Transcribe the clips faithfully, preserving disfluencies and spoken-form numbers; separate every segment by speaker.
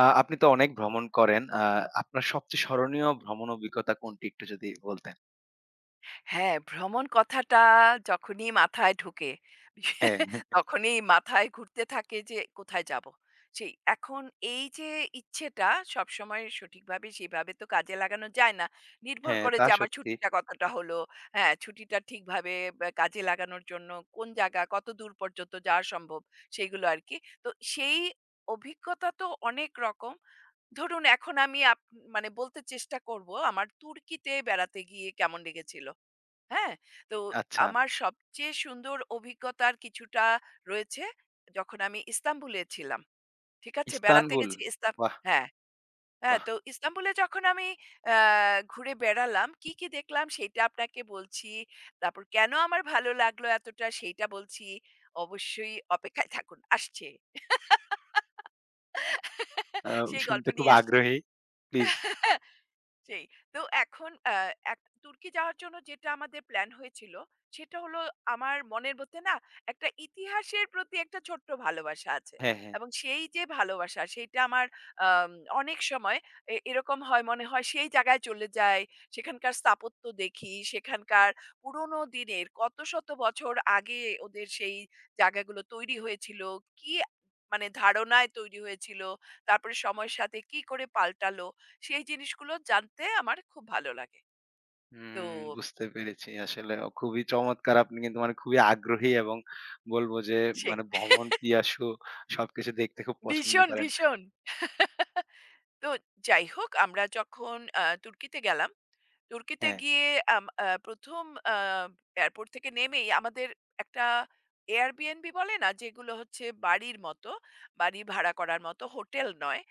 Speaker 1: আ আপনি তো অনেক ভ্রমণ করেন। আ আপনার সবচেয়ে স্মরণীয় ভ্রমণ অভিজ্ঞতা কোনটি একটু যদি বলতেন?
Speaker 2: হ্যাঁ, ভ্রমণ কথাটা যখনই মাথায় ঢোকে,
Speaker 1: হ্যাঁ, হ্যাঁ।
Speaker 2: তখনই মাথায় ঘুরতে থাকে যে কোথায় যাব? সেই এখন এই যে ইচ্ছেটা সবসময় সঠিকভাবে সেভাবে তো কাজে লাগানো যায় না। নির্ভর
Speaker 1: হ্যাঁ,
Speaker 2: করে
Speaker 1: তা
Speaker 2: যে আমার
Speaker 1: সত্যি।
Speaker 2: ছুটিটা কতটা হলো, হ্যাঁ, ছুটিটা ঠিকভাবে ব্যা কাজে লাগানোর জন্য কোন জায়গা, কতদূর পর্যন্ত যাওয়া সম্ভব সেগুলো আরকি। তো সেই অভিজ্ঞতা তো অনেক রকম। ধরুন এখন আমি আপ মানে বলতে চেষ্টা করব আমার তুর্কিতে বেড়াতে গিয়ে কেমন লেগেছিল। হ্যাঁ? তো
Speaker 1: আচ্ছা,
Speaker 2: আমার সবচেয়ে সুন্দর অভিজ্ঞতার কিছুটা রয়েছে যখন আমি ইস্তাম্বুলে ছিলাম। ঠিক আছে? বেড়াতে
Speaker 1: ইস্তানবুল।
Speaker 2: গেছি ইস্তাম
Speaker 1: বাহ!
Speaker 2: হ্যাঁ, হ্যাঁ।
Speaker 1: বাহ!
Speaker 2: তো ইস্তাম্বুলে যখন আমি আ ঘুরে বেড়ালাম, কি, কি দেখলাম সেইটা আপনাকে বলছি। তারপর কেন আমার ভালো লাগলো এতটা সেইটা বলছি। অবশ্যই অপেক্ষায় থাকুন। আসছে।
Speaker 1: আ
Speaker 2: সেই গল্প
Speaker 1: শুনতে খুব
Speaker 2: নিয়ে আসছি।
Speaker 1: আগ্রহী। প্লিজ।
Speaker 2: সেই। তো এখন আ এক তুর্কি যাওয়ার জন্য যেটা আমাদের প্ল্যান হয়েছিল, সেটা হলো আমার মনের মধ্যে না একটা ইতিহাসের প্রতি একটা ছোট্ট ভালোবাসা আছে।
Speaker 1: হ্যাঁ, হ্যাঁ।
Speaker 2: এবং সেই যে ভালোবাসা সেইটা আমার আম অনেক সময় এ এরকম হয় মনে হয় সেই জায়গায় চলে যাই, সেখানকার স্থাপত্য দেখি, সেখানকার পুরোনো দিনের কত শত বছর আগে ওদের সেই জায়গাগুলো তৈরি হয়েছিল, কি মানে ধারণায় তৈরি হয়েছিল, তারপরে সময়ের সাথে কি করে পাল্টালো সেই জিনিসগুলো জানতে আমার খুব ভালো লাগে। তো
Speaker 1: হুম, বুঝতে পেরেছি। আসলে অ খুবই চমৎকার। আপনি কিন্তু মানে খুবই আগ্রহী এবং বলবো যে
Speaker 2: সেই।
Speaker 1: মানে ভ্রমণ পিয়াসু, সবকিছু দেখতে খুব পছন্দ
Speaker 2: ভীষণ,
Speaker 1: করেন।
Speaker 2: ভীষণ। তো যাই হোক আমরা যখন আ তুর্কিতে গেলাম। তুর্কিতে
Speaker 1: হ্যাঁ,
Speaker 2: গিয়ে আম আ ১ম আ এয়ারপোর্ট থেকে নেমেই আমাদের একটা Airbnb বলে না? যেগুলো হচ্ছে বাড়ির মতো, বাড়ি ভাড়া করার মতো হোটেল নয়,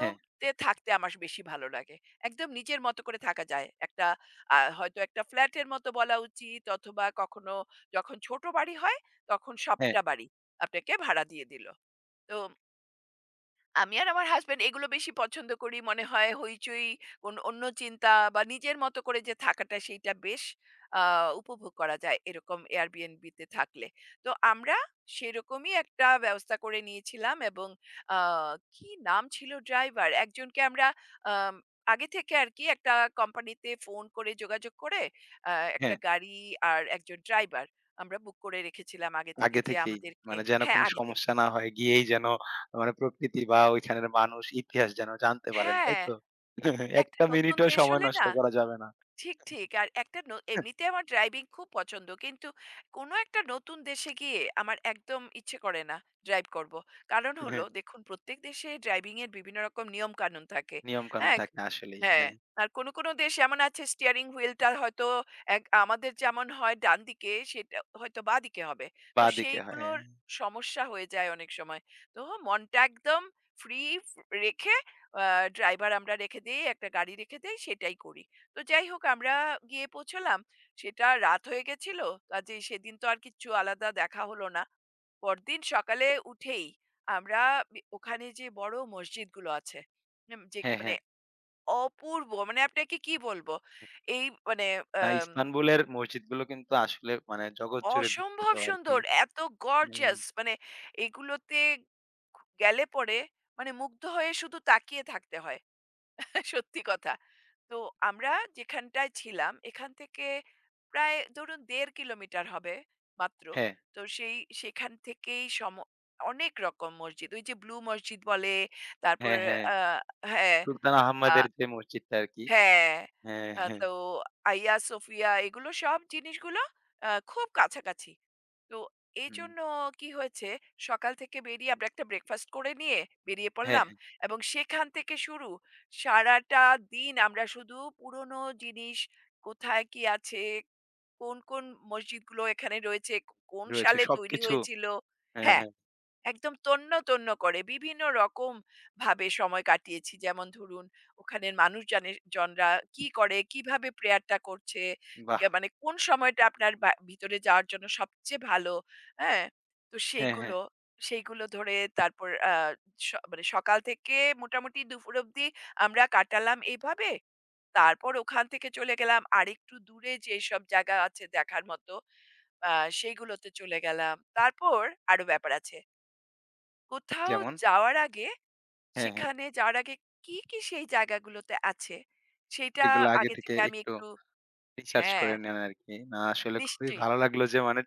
Speaker 1: হ্যাঁ,
Speaker 2: থাকতে আমার বেশি ভালো লাগে। একদম নিজের মতো করে থাকা যায়। একটা আ হয়তো একটা ফ্ল্যাটের মতো বলা উচিত অথবা কখনো যখন ছোট বাড়ি হয়, তখন
Speaker 1: হ্যাঁ,
Speaker 2: সবটা বাড়ি আপনাকে ভাড়া দিয়ে দিল। তো আমি আর আমার হাসব্যান্ড এগুলো বেশি পছন্দ করি। মনে হয় হইচই, কোন অন্য চিন্তা বা নিজের মতো করে যে থাকাটা সেইটা বেশ আ উপভোগ করা যায় এরকম Airbnb তে থাকলে। তো আমরা সেরকমই একটা ব্যবস্থা করে নিয়েছিলাম এবং আ কি নাম ছিল ড্রাইভার? একজনকে আমরা আম আগে থেকে আরকি একটা কোম্পানিতে ফোন করে যোগাযোগ করে আ একটা
Speaker 1: হ্যাঁ।
Speaker 2: গাড়ি আর একজন ড্রাইভার আমরা বুক করে রেখেছিলাম আগে থেকে
Speaker 1: আগে
Speaker 2: যে
Speaker 1: থেকেই।
Speaker 2: আমাদেরকে
Speaker 1: মানে যেন
Speaker 2: হ্যাঁ,
Speaker 1: কোন
Speaker 2: আগে থেকে।
Speaker 1: সমস্যা না হয়, গিয়েই যেন মানে প্রকৃতি বা ওইখানের মানুষ, ইতিহাস যেন জানতে পারেন, তাই
Speaker 2: হ্যাঁ।
Speaker 1: তো? এক
Speaker 2: একটা
Speaker 1: টা
Speaker 2: নতুন
Speaker 1: মিনিটও
Speaker 2: দেশ
Speaker 1: সময়
Speaker 2: হলে
Speaker 1: নষ্ট
Speaker 2: না,
Speaker 1: করা যাবে না।
Speaker 2: ঠিক, ঠিক। আর একটা ন এমনিতে আমার ড্রাইভিং খুব পছন্দ। কিন্তু কোনো একটা নতুন দেশে গিয়ে আমার একদম ইচ্ছে করে না ড্রাইভ করব। কারণ
Speaker 1: হ্যাঁ,
Speaker 2: হলো দেখুন প্রত্যেক দেশে ড্রাইভিং এর বিভিন্ন রকম নিয়মকানুন থাকে।
Speaker 1: নিয়মকানুন
Speaker 2: হ্যাঁ?
Speaker 1: থাকে আসলেই।
Speaker 2: হ্যাঁ।
Speaker 1: হ্যাঁ,
Speaker 2: আর কোনো, কোনো দেশ এমন আছে স্টিয়ারিং হুইলটা হয়তো এক আমাদের যেমন হয় ডান দিকে সেটা হয়তো বাঁদিকে হবে। তো
Speaker 1: বাঁদিকে হয়।
Speaker 2: সেইগুলোর সমস্যা হয়ে যায় অনেক সময়। তো মনটা একদম ফ্রি রেখে আ ড্রাইভার আমরা রেখে দেই, একটা গাড়ি রেখে দেই সেটাই করি। তো যাই হোক আমরা গিয়ে পৌঁছলাম। সেটা রাত হয়ে গেছিল। কাজেই সেদিন তো আর কিচ্ছু আলাদা দেখা হলো না। পরদিন সকালে উঠেই আমরা বি ওখানে যে বড় মসজিদগুলো আছে, উম যে
Speaker 1: হ্যাঁ,
Speaker 2: মানে
Speaker 1: হ্যাঁ, হ্যাঁ।
Speaker 2: অপূর্ব মানে আপনাকে কি বলবো? এই মানে
Speaker 1: না,
Speaker 2: আম
Speaker 1: ইস্তানবুলের মসজিদগুলো কিন্তু আসলে মানে জগৎ জুড়ে বিখ্যাত
Speaker 2: অসম্ভব
Speaker 1: আরকি।
Speaker 2: সুন্দর, এত
Speaker 1: হ্যাঁ,
Speaker 2: গর্জাস মানে এগুলোতে ঘু গেলে পরে মানে মুগ্ধ হয়ে শুধু তাকিয়ে থাকতে হয়। সত্যি কথা। তো আমরা যেখানটায় ছিলাম এখান থেকে প্রায় ধরুন দেড় কিলোমিটার হবে মাত্র।
Speaker 1: হ্যাঁ,
Speaker 2: তো সেই সেখান থেকেই সম অনেক রকম মসজিদ। ওই যে ব্লু মসজিদ বলে,
Speaker 1: হ্যাঁ,
Speaker 2: তারপরে
Speaker 1: হ্যাঁ।
Speaker 2: আ হ্যাঁ,
Speaker 1: সুলতান
Speaker 2: আ
Speaker 1: আহমেদের যে মসজিদটা আরকি।
Speaker 2: হ্যাঁ,
Speaker 1: হ্যাঁ,
Speaker 2: আ
Speaker 1: হ্যাঁ,
Speaker 2: তো আইয়া সোফিয়া এগুলো সব জিনিসগুলো আ খুব কাছাকাছি। তো
Speaker 1: হুম।
Speaker 2: এইজন্য কি হয়েছে, সকাল থেকে বেরিয়ে আমরা একটা ব্রেকফাস্ট করে নিয়ে বেরিয়ে
Speaker 1: হ্যাঁ,
Speaker 2: পড়লাম
Speaker 1: হ্যাঁ,
Speaker 2: এবং সেখান থেকে শুরু। সারাটা দিন আমরা শুধু পুরনো জিনিস, কোথায় কি আছে, কোন, কোন মসজিদগুলো এখানে রয়েছে, কোন
Speaker 1: রয়েছে
Speaker 2: সালে তৈরি
Speaker 1: সবকিছু।
Speaker 2: হয়েছিল
Speaker 1: হ্যাঁ,
Speaker 2: হ্যাঁ।
Speaker 1: হ্যাঁ,
Speaker 2: একদম তন্ন তন্ন করে বিভিন্ন রকম ভাবে সময় কাটিয়েছি। যেমন ধরুন ওখানের মানুষ জানে জনরা কি করে, কিভাবে প্রেয়ারটা করছে,
Speaker 1: বাহ!
Speaker 2: কে মানে কোন সময়টা আপনার বা ভিতরে যাওয়ার জন্য সবচেয়ে ভালো, হ্যাঁ? তো
Speaker 1: হ্যাঁ, হ্যাঁ।
Speaker 2: সেইগুলো, সেইগুলো ধরে তারপর আ স মানে সকাল থেকে মোটামুটি দুপুর অবধি আমরা কাটালাম এইভাবে। তারপর ওখান থেকে চলে গেলাম আরেকটু দূরে যেসব জায়গা আছে দেখার মতো আ সেইগুলোতে চলে গেলাম। তারপর আরো ব্যাপার আছে। কোথাও
Speaker 1: যেমন?
Speaker 2: যাওয়ার আগে
Speaker 1: হ্যাঁ, হ্যাঁ।
Speaker 2: সেখানে যাওয়ার আগে কি, কি সেই জায়গাগুলোতে আছে সেইটা
Speaker 1: এগুলো আগে
Speaker 2: আগে
Speaker 1: থেকে
Speaker 2: থেকে আমি
Speaker 1: একটু
Speaker 2: একটু
Speaker 1: রিসার্চ
Speaker 2: হ্যাঁ,
Speaker 1: করে নেন আরকি। না, আসলে খুবই
Speaker 2: নিশ্চয়ই।
Speaker 1: ভালো লাগলো যে মানে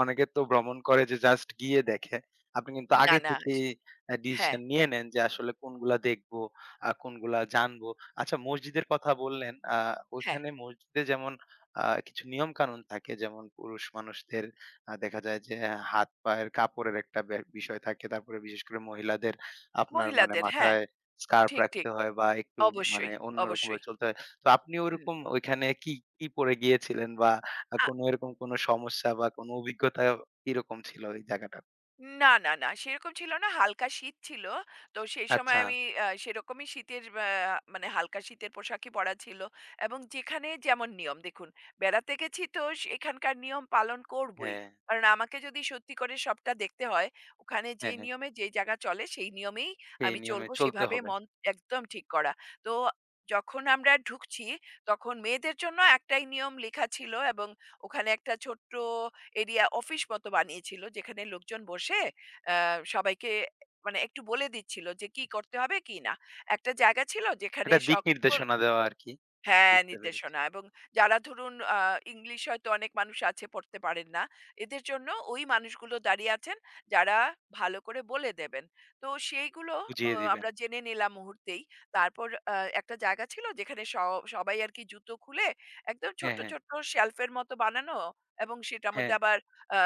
Speaker 1: অনেকে তো ভ্রমণ করে যে জাস্ট গিয়ে দেখে। আপনি কিন্তু
Speaker 2: না,
Speaker 1: আগে
Speaker 2: না।
Speaker 1: থেকেই অ্যা
Speaker 2: হ্যাঁ,
Speaker 1: ডিসিশন নিয়ে নেন যে আসলে কোনগুলা দেখবো, আ কোনগুলা জানবো। আচ্ছা, মসজিদের কথা বললেন, আ
Speaker 2: হ্যাঁ।
Speaker 1: ওইখানে মসজিদে যেমন আ কিছু নিয়ম কানুন থাকে, যেমন পুরুষ মানুষদের আ দেখা যায় যে হাত পায়ের কাপড়ের একটা ব্যা বিষয় থাকে। তারপরে বিশেষ করে মহিলাদের আপনার মানে
Speaker 2: মহিলাদের হ্যাঁ,
Speaker 1: মাথায় স্কার্ফ
Speaker 2: ঠিক, ঠিক।
Speaker 1: রাখতে হয় বা একটু মানে
Speaker 2: অবশ্যই,
Speaker 1: অন্যরকমভাবে
Speaker 2: অবশ্যই।
Speaker 1: চলতে হয়। তো আপনি
Speaker 2: হুম।
Speaker 1: ওরকম ওইখানে কি, কি পড়ে গিয়েছিলেন? বা আ
Speaker 2: আ
Speaker 1: কোনো এরকম কোনো সমস্যা বা কোনো অভিজ্ঞতা কিরকম ছিল ওই জায়গাটার?
Speaker 2: না, না, না সেরকম ছিল না। হালকা শীত ছিল। তো সেই
Speaker 1: আচ্ছা,
Speaker 2: সময় আমি আ সেরকমই শীতের আ মানে হালকা শীতের পোশাকই পরা ছিল এবং যেখানে যেমন নিয়ম দেখুন, বেড়াতে গেছি তো এখানকার নিয়ম পালন করবই।
Speaker 1: হ্যাঁ,
Speaker 2: কারণ আমাকে যদি সত্যি করে সবটা দেখতে হয়, ওখানে যে
Speaker 1: হ্যাঁ, হ্যাঁ।
Speaker 2: নিয়মে যে জায়গা চলে সেই নিয়মেই
Speaker 1: সেই
Speaker 2: আমি
Speaker 1: নিয়মে
Speaker 2: চলব
Speaker 1: চলতে
Speaker 2: সেভাবে
Speaker 1: হবে।
Speaker 2: মন একদম ঠিক করা। তো যখন আমরা ঢুকছি তখন মেয়েদের জন্য একটাই নিয়ম লেখা ছিল এবং ওখানে একটা ছোট্ট এরিয়া অফিস মতো বানিয়েছিল যেখানে লোকজন বসে আহ, সবাইকে মানে একটু বলে দিচ্ছিল যে কি করতে হবে কি না একটা জায়গা ছিল যেখানে
Speaker 1: একটা দিক
Speaker 2: সকল
Speaker 1: নির্দেশনা দেওয়া আরকি।
Speaker 2: হ্যাঁ,
Speaker 1: বুঝতে পেরেছি।
Speaker 2: নির্দেশনা এবং যারা ধরুন আ ইংলিশ হয়তো অনেক মানুষ আছে পড়তে পারেন না। এদের জন্য ওই মানুষগুলো দাঁড়িয়ে আছেন যারা ভালো করে বলে দেবেন। তো সেইগুলো অ
Speaker 1: বুঝিয়ে দিবেন।
Speaker 2: আমরা জেনে নিলাম মুহূর্তেই। তারপর আ একটা জায়গা ছিল যেখানে স সবাই আরকি জুতো খুলে একদম
Speaker 1: হ্যাঁ,
Speaker 2: ছোট্ট,
Speaker 1: হ্যাঁ,
Speaker 2: ছোট্ট শেলফের মতো বানানো এবং সেটার
Speaker 1: হ্যাঁ,
Speaker 2: মধ্যে আবার আ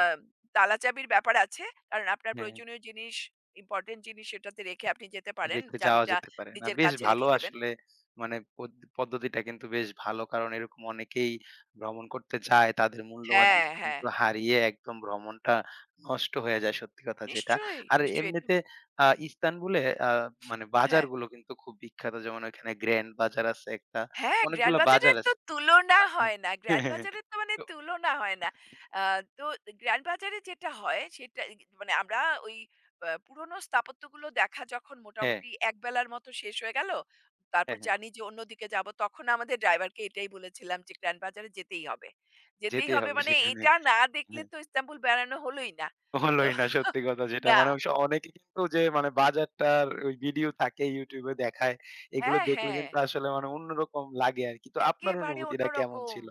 Speaker 2: তালাচাবির ব্যাপার আছে। কারণ আপনার
Speaker 1: হ্যাঁ।
Speaker 2: প্রয়োজনীয় জিনিস, ইম্পোর্টেন্ট জিনিস সেটাতে রেখে আপনি যেতে পারেন।
Speaker 1: রেখে যাওয়া
Speaker 2: চাবিটা
Speaker 1: যেতে পারে। না,
Speaker 2: নিজের
Speaker 1: বেশ
Speaker 2: কাছে
Speaker 1: ভালো
Speaker 2: রেখে দেবেন।
Speaker 1: আসলে মানে পদ পদ্ধতিটা কিন্তু বেশ ভালো। কারণ এরকম অনেকেই ভ্রমণ করতে যায়। তাদের মূল্যবান
Speaker 2: হ্যাঁ,
Speaker 1: জিনিস
Speaker 2: হ্যাঁ।
Speaker 1: কিন্তু হারিয়ে একদম ভ্রমণটা নষ্ট হয়ে যায়, সত্যি কথা যেটা।
Speaker 2: নিশ্চয়ই,
Speaker 1: আর
Speaker 2: নিশ্চয়ই। এটা
Speaker 1: এমনিতে আ ইস্তানবুলে আ মানে
Speaker 2: হ্যাঁ।
Speaker 1: বাজারগুলো কিন্তু খুব বিখ্যাত। যেমন ওইখানে গ্র্যান্ড বাজার আছে একটা।
Speaker 2: হ্যাঁ, গ্র্যান্ড
Speaker 1: অনেকগুলা বাজার
Speaker 2: বাজারের তো
Speaker 1: আছে।
Speaker 2: তুলনা হয় না।
Speaker 1: হ্যাঁ,
Speaker 2: গ্র্যান্ড
Speaker 1: হ্যাঁ, হ্যাঁ।
Speaker 2: বাজারের তো মানে
Speaker 1: তো
Speaker 2: তুলনা হয় না। আ তো গ্র্যান্ড বাজারে যেটা হয় সেটা ই মানে আমরা ওই আ পুরনো স্থাপত্যগুলো দেখা যখন
Speaker 1: হ্যাঁ,
Speaker 2: মোটামুটি একবেলার মতো শেষ হয়ে গেল, তারপর
Speaker 1: হ্যাঁ, হ্যাঁ।
Speaker 2: জানি যে অন্যদিকে যাব, তখন আমাদের ড্রাইভারকে এটাই বলেছিলাম যে গ্র্যান্ড বাজারে যেতেই হবে। যেতেই
Speaker 1: যেতেই
Speaker 2: হবে
Speaker 1: হবে
Speaker 2: মানে
Speaker 1: সেখানে।
Speaker 2: এটা না দেখলে
Speaker 1: হ্যাঁ।
Speaker 2: তো ইস্তাম্বুল বেড়ানো হলোই না। তো
Speaker 1: হলোই না, সত্যি কথা যেটা। মানে
Speaker 2: না
Speaker 1: স অনেকে কিন্তু যে মানে বাজারটার ওই ভিডিও থাকে YouTube এ দেখায়। এগুলো
Speaker 2: হ্যাঁ,
Speaker 1: দেখলে
Speaker 2: হ্যাঁ।
Speaker 1: কিন্তু আসলে মানে অন্যরকম লাগে আরকি। তো আপনার
Speaker 2: একেবারে
Speaker 1: অনুভূতিটা কেমন
Speaker 2: অন্যরকম।
Speaker 1: ছিল?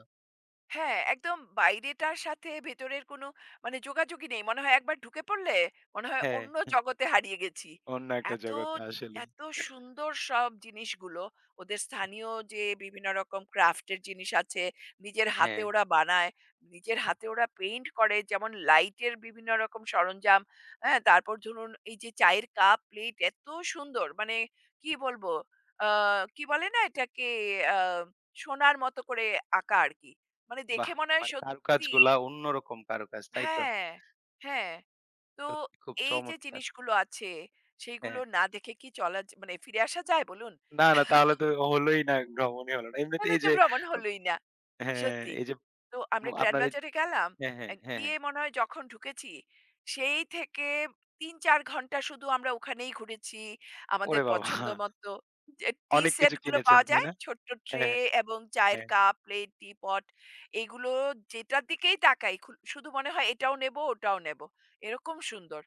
Speaker 2: হ্যাঁ, একদম বাইরেটার সাথে ভেতরের কোনো মানে যোগাযোগই নেই। মনে হয় একবার ঢুকে পড়লে মনে হয়
Speaker 1: হ্যাঁ।
Speaker 2: অন্য জগতে হারিয়ে গেছি।
Speaker 1: অন্য একটা
Speaker 2: এত,
Speaker 1: জগতে আসলেই।
Speaker 2: এত সুন্দর সব জিনিসগুলো ওদের স্থানীয় যে বিভিন্ন রকম ক্রাফটের জিনিস আছে, নিজের হাতে
Speaker 1: হ্যাঁ,
Speaker 2: ওরা বানায়, নিজের হাতে ওরা পেইন্ট করে যেমন লাইটের বিভিন্ন রকম সরঞ্জাম, হ্যাঁ? তারপর ধরুন এই যে চায়ের কাপ, প্লেট এত সুন্দর মানে কি বলবো? আ কি বলে না এটাকে আ সোনার মতো করে আঁকা আরকি। মানে
Speaker 1: বাহ!
Speaker 2: দেখে মনে হয়
Speaker 1: মানে
Speaker 2: সত্যি
Speaker 1: কারুকাজগুলা অন্যরকম কারুকাজ, তাই তো?
Speaker 2: হ্যাঁ, হ্যাঁ। তো
Speaker 1: খুব
Speaker 2: এই যে
Speaker 1: চমৎকার।
Speaker 2: জিনিসগুলো আছে,
Speaker 1: হ্যাঁ।
Speaker 2: সেইগুলো না দেখে কি চলা য মানে ফিরে আসা যায় বলুন?
Speaker 1: না, না তাহলে তো হলোই না, ভ্রমণই হলো না। এমনিতে
Speaker 2: তাহলে
Speaker 1: এই
Speaker 2: তো
Speaker 1: যে
Speaker 2: ভ্রমণ হলোই না।
Speaker 1: হ্যাঁ,
Speaker 2: সত্যি।
Speaker 1: এই যে
Speaker 2: তো
Speaker 1: ম
Speaker 2: আমরা গ্র্যান্ড
Speaker 1: আপনার এই
Speaker 2: বাজারে গেলাম।
Speaker 1: হ্যাঁ, হ্যাঁ,
Speaker 2: আ
Speaker 1: হ্যাঁ, হ্যাঁ।
Speaker 2: গিয়ে মনে হয় যখন ঢুকেছি, সেই থেকে তিন চার ঘন্টা শুধু আমরা ওখানেই ঘুরেছি। আমাদের
Speaker 1: ওরে বাবা!
Speaker 2: পছন্দ মতো যে টি
Speaker 1: অনেক
Speaker 2: সেট
Speaker 1: কিছু
Speaker 2: গুলো
Speaker 1: কিনেছেন,
Speaker 2: পাওয়া
Speaker 1: তাই
Speaker 2: যায়,
Speaker 1: না?
Speaker 2: ছোট্ট ট্রে
Speaker 1: হ্যাঁ, হ্যাঁ,
Speaker 2: এবং চায়ের
Speaker 1: হ্যাঁ,
Speaker 2: কাপ, প্লেট, টিপট এগুলো যেটার দিকেই তাকাই খু শুধু মনে হয় এটাও নেবো, ওটাও নেবো। এরকম সুন্দর।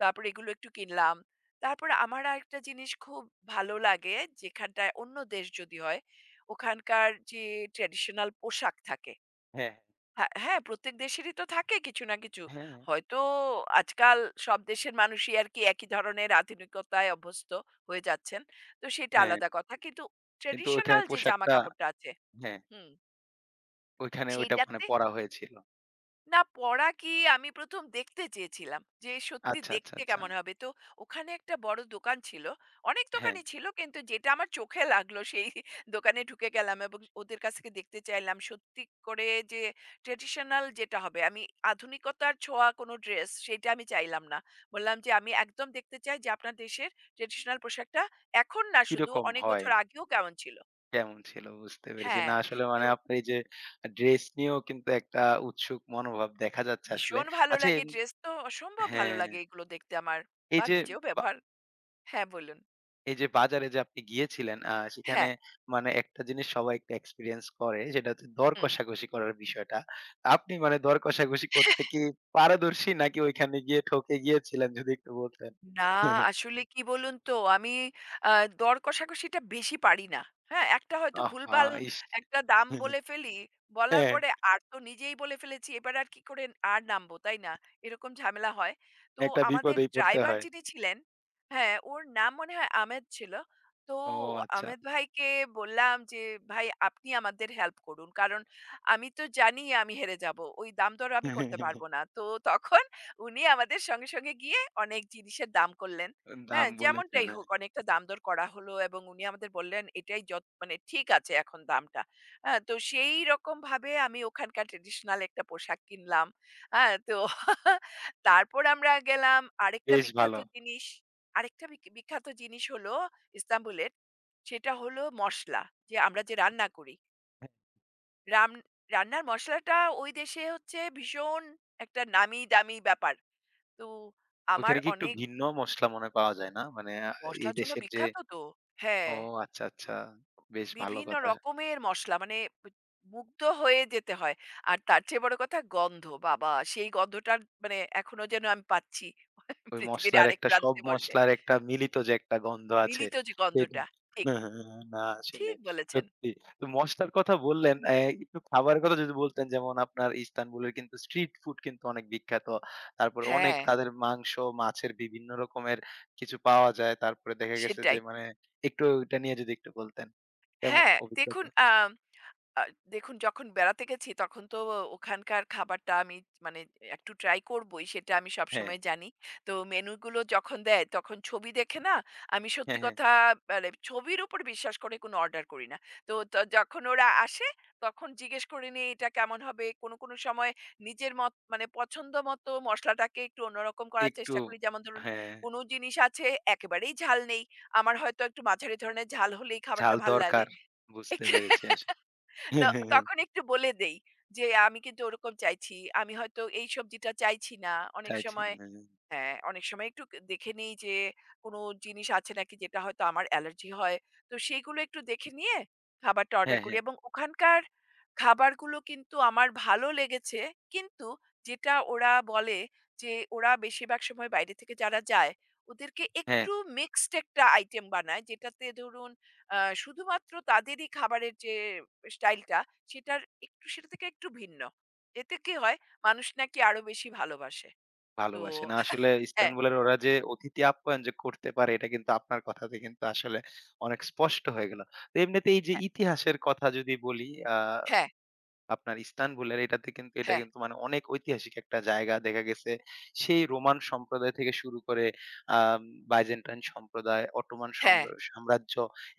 Speaker 2: তারপর এগুলো একটু কিনলাম। তারপর আমার আরেকটা জিনিস খুব ভালো লাগে যেখানটায় অন্য দেশ যদি হয়, ওখানকার যে ট্র্যাডিশনাল পোশাক থাকে
Speaker 1: হ্যাঁ,
Speaker 2: হ্যাঁ, হ্যাঁ, প্রত্যেক দেশেরই তো থাকে কিছু না কিছু।
Speaker 1: হ্যাঁ,
Speaker 2: হয়তো আজকাল সব দেশের মানুষই আরকি একই ধরনের আধুনিকতায় অভ্যস্ত হয়ে যাচ্ছেন। তো সেটা
Speaker 1: হ্যাঁ।
Speaker 2: আলাদা কথা। কিন্তু
Speaker 1: কিন্তু
Speaker 2: ট্র্যাডিশনাল
Speaker 1: ওইখানের
Speaker 2: যে জামা
Speaker 1: পোশাকটা,
Speaker 2: কাপড়টা আছে
Speaker 1: হ্যাঁ,
Speaker 2: হুম,
Speaker 1: ওইখানে ওইটা মানে
Speaker 2: সেইটাতে
Speaker 1: পরা হয়েছিল।
Speaker 2: না পড়া কি আমি ১ম দেখতে চেয়েছিলাম। যে সত্যি
Speaker 1: আচ্ছা, আচ্ছা,
Speaker 2: দেখতে
Speaker 1: আচ্ছা।
Speaker 2: কেমন হবে? তো ওখানে একটা বড় দোকান ছিল। অনেক
Speaker 1: হ্যাঁ,
Speaker 2: দোকানই ছিল কিন্তু যেটা আমার চোখে লাগলো সেই দোকানে ঢুকে গেলাম এবং ওদের কাছ থেকে দেখতে চাইলাম। সত্যি করে যে ট্র্যাডিশনাল যেটা হবে আমি আধুনিকতার ছোঁয়া কোনো ড্রেস সেটা আমি চাইলাম না। বললাম যে আমি একদম দেখতে চাই যে আপনার দেশের ট্র্যাডিশনাল পোশাকটা এখন না শুধু
Speaker 1: কিরকম
Speaker 2: অনেক
Speaker 1: হয়?
Speaker 2: বছর আগেও কেমন ছিল।
Speaker 1: কেমন ছিল? বুঝতে পেরেছি।
Speaker 2: হ্যাঁ,
Speaker 1: না, আসলে মানে
Speaker 2: তো
Speaker 1: আপনি যে ড্রেস নিয়েও কিন্তু একটা উৎসুক মনোভাব দেখা যাচ্ছে আসলে।
Speaker 2: ভীষণ ভালো
Speaker 1: আচ্ছা
Speaker 2: লাগে।
Speaker 1: এম
Speaker 2: ড্রেস তো অসম্ভব ভালো
Speaker 1: হ্যাঁ,
Speaker 2: লাগে এগুলো দেখতে আমার
Speaker 1: এই
Speaker 2: বা
Speaker 1: যে
Speaker 2: নিজেও
Speaker 1: বা
Speaker 2: ব্যবহার হ্যাঁ, বলুন।
Speaker 1: এই যে বাজারে যে আপনি গিয়েছিলেন আ সেখানে
Speaker 2: হ্যাঁ,
Speaker 1: মানে একটা জিনিস সবাই একটা এক্সপেরিয়েন্স করে, সেটা হচ্ছে দর
Speaker 2: হুম।
Speaker 1: কষাকষি করার বিষয়টা। আপনি মানে দর কষাকষি করতে কি পারদর্শী, নাকি ওইখানে গিয়ে ঠকে গিয়েছিলেন, যদি একটু বলতেন?
Speaker 2: না, আসলে কি বলুন তো? আমি আ দর কষাকষিটা বেশি পারি না। হ্যাঁ? একটা হয়তো
Speaker 1: আহা!
Speaker 2: ভুলভাল
Speaker 1: ইস!
Speaker 2: একটা দাম বলে ফেলি। বলার
Speaker 1: হ্যাঁ,
Speaker 2: পরে আর তো নিজেই বলে ফেলেছি। এবার আর কি করে আর নামবো, তাই না? এরকম ঝামেলা হয়। তো
Speaker 1: একটা
Speaker 2: আমাদের
Speaker 1: বিপদেই পড়তে
Speaker 2: ড্রাইভার
Speaker 1: হয়।
Speaker 2: যিনি ছিলেন, হ্যাঁ, ওর নাম মনে হয় আমেদ ছিল। তো
Speaker 1: ও আচ্ছা।
Speaker 2: আমেদ ভাইকে বললাম যে, "ভাই আপনি আমাদের হেল্প করুন। কারণ আমি তো জানি আমি হেরে যাবো। ওই দাম দর আমি করতে পারব না।" তো তখন উনি আমাদের সঙ্গে, সঙ্গে গিয়ে অনেক জিনিসের দাম করলেন।
Speaker 1: দাম
Speaker 2: হ্যাঁ?
Speaker 1: বলেছেন,
Speaker 2: যেমনটাই
Speaker 1: হ্যাঁ।
Speaker 2: হোক অনেকটা দাম-দর করা হলো এবং উনি আমাদের বললেন, "এটাই যত মানে ঠিক আছে এখন দামটা।" হ্যাঁ? তো সেইরকমভাবে আমি ওখানকার ট্র্যাডিশনাল একটা পোশাক কিনলাম। হ্যাঁ? তো তারপর আমরা গেলাম আরেকটা
Speaker 1: বেশ
Speaker 2: বিখ্যাত
Speaker 1: ভালো।
Speaker 2: জিনিস আরেকটা বিক বিখ্যাত জিনিস হলো ইস্তাম্বুলের, সেটা হলো মসলা। যে আমরা যে রান্না করি। রাম রান্নার মসলাটা ওই দেশে হচ্ছে ভীষণ একটা নামি-দামি ব্যাপার। তো আমার
Speaker 1: ওইখানে কি একটু
Speaker 2: অনেক
Speaker 1: ভিন্ন মসলা মনে হয় পাওয়া যায় না? মানে আ এই
Speaker 2: মসলার জন্য
Speaker 1: দেশের যে
Speaker 2: বিখ্যাত তো।
Speaker 1: ও
Speaker 2: হ্যাঁ,
Speaker 1: আচ্ছা, আচ্ছা। বেশ ভালো
Speaker 2: বিভিন্ন
Speaker 1: কথা।
Speaker 2: রকমের মসলা মানে বু মুগ্ধ হয়ে যেতে হয়। আর তার চেয়ে বড় কথা গন্ধ। বাবা! সেই গন্ধটার মানে এখনো যেন আমি পাচ্ছি
Speaker 1: ওই
Speaker 2: পৃথিবীর
Speaker 1: মসলার
Speaker 2: আরেক
Speaker 1: একটা, সব
Speaker 2: প্রান্তে বসে।
Speaker 1: মসলার একটা মিলিত যে একটা গন্ধ আছে
Speaker 2: মিলিত যে
Speaker 1: সেটা
Speaker 2: গন্ধটা। ঠিক,
Speaker 1: না, না আসলে
Speaker 2: ঠিক বলেছেন।
Speaker 1: সত্যি। তো মসলার কথা বললেন, অ্যা একটু খাবারের কথা যদি বলতেন, যেমন আপনার ইস্তানবুলের কিন্তু স্ট্রিট ফুড কিন্তু অনেক বিখ্যাত। তারপরে অনেক
Speaker 2: হ্যাঁ,
Speaker 1: তাদের মাংস, মাছের বিভিন্ন রকমের কিছু পাওয়া যায়। তারপরে দেখা গেছে যে
Speaker 2: সেটাই।
Speaker 1: মানে একটু ওইটা নিয়ে যদি একটু বলতেন। এমন
Speaker 2: হ্যাঁ, দেখুন
Speaker 1: অভিজ্ঞতা।
Speaker 2: আ আ দেখুন যখন বেড়াতে গেছি তখন তো ওখানকার খাবারটা আমি মানে একটু ট্রাই করবই সেটা আমি
Speaker 1: হ্যাঁ,
Speaker 2: সবসময় জানি। তো মেনুগুলো যখন দেয় তখন ছবি দেখে না আমি সত্যি
Speaker 1: হ্যাঁ, হ্যাঁ।
Speaker 2: কথা মানে ছবির উপর বিশ্বাস করে কোনো অর্ডার করি না। তো ত যখন ওরা আসে তখন জিজ্ঞেস করে নিই এটা কেমন হবে? কোনো, কোনো সময় নিজের মত মানে পছন্দ মতো মসলাটাকে একটু অন্যরকম করার
Speaker 1: একটু
Speaker 2: চেষ্টা করি। যেমন ধরুন
Speaker 1: হ্যাঁ,
Speaker 2: কোনো জিনিস আছে একেবারেই ঝাল নেই। আমার হয়তো একটু মাঝারি ধরনের ঝাল হলেই খাবারটা
Speaker 1: ঝাল
Speaker 2: ভাল লাগে।
Speaker 1: দরকার। বুঝতে পেরেছি আসলে।
Speaker 2: তো
Speaker 1: হ্যাঁ, হ্যাঁ, হ্যাঁ,
Speaker 2: তখন একটু বলে দেই যে, "আমি কিন্তু ওরকম চাইছি। আমি হয়তো এই সবজিটা চাইছি না।" অনেক
Speaker 1: চাইছি না।
Speaker 2: সময়
Speaker 1: হ্যাঁ, হ্যাঁ।
Speaker 2: হ্যাঁ, অনেক সময় একটু ক দেখে নেই যে কোনো জিনিস আছে নাকি যেটা হয়তো আমার অ্যালার্জি হয়। তো সেইগুলো একটু দেখে নিয়ে খাবারটা অর্ডার
Speaker 1: হ্যাঁ।
Speaker 2: করি এবং ওখানকার খাবারগুলো কিন্তু আমার ভালো লেগেছে। কিন্তু যেটা ওরা বলে যে ওরা বেশিরভাগ সময় বাইরে থেকে যারা যায়, ওদেরকে
Speaker 1: হ্যাঁ,
Speaker 2: একটু মিক্সড একটা আইটেম বানায় যেটাতে ধরুন আ শুধুমাত্র তাদেরই খাবারের যে স্টাইলটা সেটার একটু সেটা থেকে একটু ভিন্ন। এতে কি হয় মানুষ নাকি আরো বেশি ভালোবাসে। তো
Speaker 1: ভালোবাসে। না, আসলে
Speaker 2: হ্যাঁ।
Speaker 1: ইস্তানবুলের ওরা যে অতিথি আপ্যায়ন যে করতে পারে, এটা কিন্তু আপনার কথাতে কিন্তু আসলে অনেক স্পষ্ট হয়ে গেল। তো এমনিতে এই যে
Speaker 2: হ্যাঁ,
Speaker 1: ইতিহাসের কথা যদি বলি, আ
Speaker 2: হ্যাঁ,
Speaker 1: আপনার ইস্তানবুলের এটাতে কিন্তু এটা
Speaker 2: হ্যাঁ,
Speaker 1: কিন্তু মানে অনেক ঐতিহাসিক একটা জায়গা। দেখা গেছে সেই রোমান সম্প্রদায় থেকে শুরু করে আম বাইজেন্টাইন সম্প্রদায়, অটোমান
Speaker 2: হ্যাঁ,
Speaker 1: সম্র সাম্রাজ্য,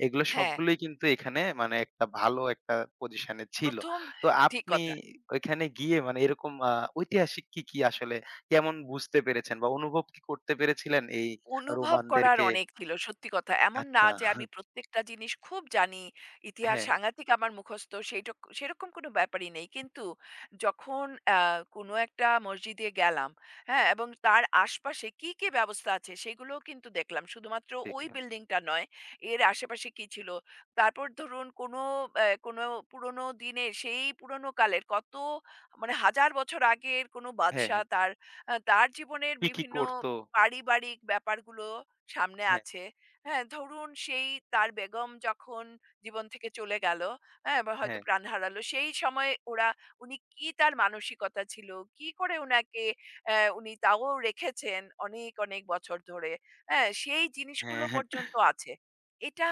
Speaker 1: এগুলো
Speaker 2: হ্যাঁ।
Speaker 1: সবগুলোই কিন্তু এখানে মানে একটা ভালো একটা পজিশনে ছিল।
Speaker 2: ১ম
Speaker 1: তো
Speaker 2: ঠিক
Speaker 1: আপনি
Speaker 2: কথা।
Speaker 1: ওইখানে গিয়ে মানে এরকম আ ঐতিহাসিক কি, কি আসলে কেমন বুঝতে পেরেছেন বা অনুভব কি করতে পেরেছিলেন এই
Speaker 2: অনুভব করার
Speaker 1: রোমানদেরকে?
Speaker 2: অনেক ছিল। সত্যি কথা। এমন না
Speaker 1: আচ্ছা
Speaker 2: যে আমি প্রত্যেকটা জিনিস খুব জানি। ইতিহাস
Speaker 1: হ্যাঁ,
Speaker 2: সাংঘাতিক আমার মুখস্থ সেইটক সেরকম কোনো ব্যাপারই নেই। কিন্তু যখন আ কোনো একটা মসজিদে গেলাম, হ্যাঁ? এবং তার আশপাশে কী, কী ব্যবস্থা আছে সেগুলোও কিন্তু দেখলাম। শুধুমাত্র ওই
Speaker 1: দেখলাম।
Speaker 2: বিল্ডিংটা নয়, এর আশেপাশে কী ছিল। তারপর ধরুন কোনো অ্যা কোনো পুরোনো দিনের সেই পুরোনো কালের কত মানে হাজার বছর আগের কোনো
Speaker 1: হ্যাঁ,
Speaker 2: বাদশা
Speaker 1: হ্যাঁ।
Speaker 2: তার আ তার জীবনের
Speaker 1: কি, কি
Speaker 2: বিভিন্ন
Speaker 1: করত?
Speaker 2: পারিবারিক ব্যাপারগুলো সামনে
Speaker 1: হ্যাঁ,
Speaker 2: আছে। হ্যাঁ? ধরুন সেই তার বেগম যখন জীবন থেকে চলে গেল, হ্যাঁ? বা হয়তো
Speaker 1: হ্যাঁ,
Speaker 2: প্রাণ হারালো। সেই সময়ে ওরা উনি কি তার মানসিকতা ছিল? কি করে উনাকে অ্যা উনি তাও রেখেছেন অনেক, অনেক বছর ধরে। হ্যাঁ? সেই জিনিসগুলো
Speaker 1: হ্যাঁ।
Speaker 2: পর্যন্ত আছে। এটা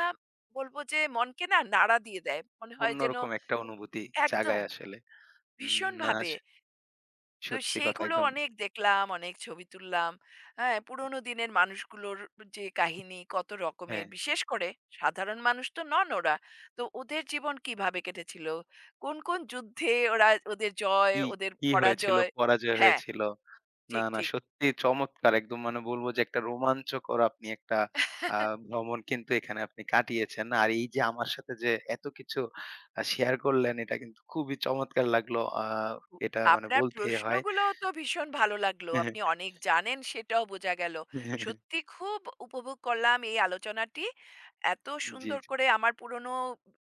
Speaker 2: বলব যে মনকে না নাড়া দিয়ে দেয়। মনে হয় যেন
Speaker 1: অন্যরকম একটা অনুভূতি জাগায়
Speaker 2: একদম
Speaker 1: আসলে। উম না
Speaker 2: ভীষণভাবে
Speaker 1: স
Speaker 2: তো
Speaker 1: সত্যি কথা
Speaker 2: সেইগুলো
Speaker 1: একদম
Speaker 2: অনেক দেখলাম, অনেক ছবি তুললাম। হ্যাঁ? পুরোনো দিনের মানুষগুলোর যে কাহিনী কত
Speaker 1: হ্যাঁ,
Speaker 2: রকমের। বিশেষ করে সাধারণ মানুষ তো নন ওরা। তো ওদের জীবন কিভাবে কেটেছিল? কোন, কোন যুদ্ধে ওরা ওদের জয়,
Speaker 1: কি,
Speaker 2: ওদের
Speaker 1: কি হয়েছিল?
Speaker 2: পরাজয়
Speaker 1: পরাজয়
Speaker 2: হ্যাঁ,
Speaker 1: হয়েছিল। না,
Speaker 2: ঠিক,
Speaker 1: না
Speaker 2: ঠিক।
Speaker 1: সত্যিই চমৎকার, একদম মানে বলব যে একটা রোমাঞ্চকর আপনি একটা আ ভ্রমণ কিন্তু এখানে আপনি কাটিয়েছেন। আর এই যে আমার সাথে যে এত কিছু আ শেয়ার করলেন এটা কিন্তু খুবই চমৎকার লাগলো। আ এটা মানে
Speaker 2: আপনার
Speaker 1: বলতেই হয়।
Speaker 2: প্রশ্নগুলোও তো ভীষণ ভালো লাগলো। আপনি অনেক জানেন সেটাও বোঝা গেল। সত্যি খুব উপভোগ করলাম এই আলোচনাটি। এত
Speaker 1: জি,
Speaker 2: সুন্দর
Speaker 1: জি,
Speaker 2: করে আমার পুরনো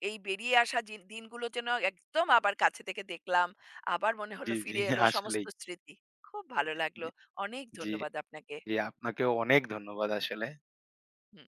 Speaker 2: এই বেরিয়ে আসা জি দিনগুলো যেন একদম আবার কাছে থেকে দেখলাম। আবার মনে
Speaker 1: জি,
Speaker 2: হলো
Speaker 1: জি
Speaker 2: ফিরে এলো
Speaker 1: আসলেই।
Speaker 2: সমস্ত স্মৃতি। খুব ভালো লাগলো।
Speaker 1: জি,
Speaker 2: অনেক
Speaker 1: জি,
Speaker 2: ধন্যবাদ আপনাকে।
Speaker 1: জি আপনাকেও অনেক ধন্যবাদ আসলে।
Speaker 2: হুম।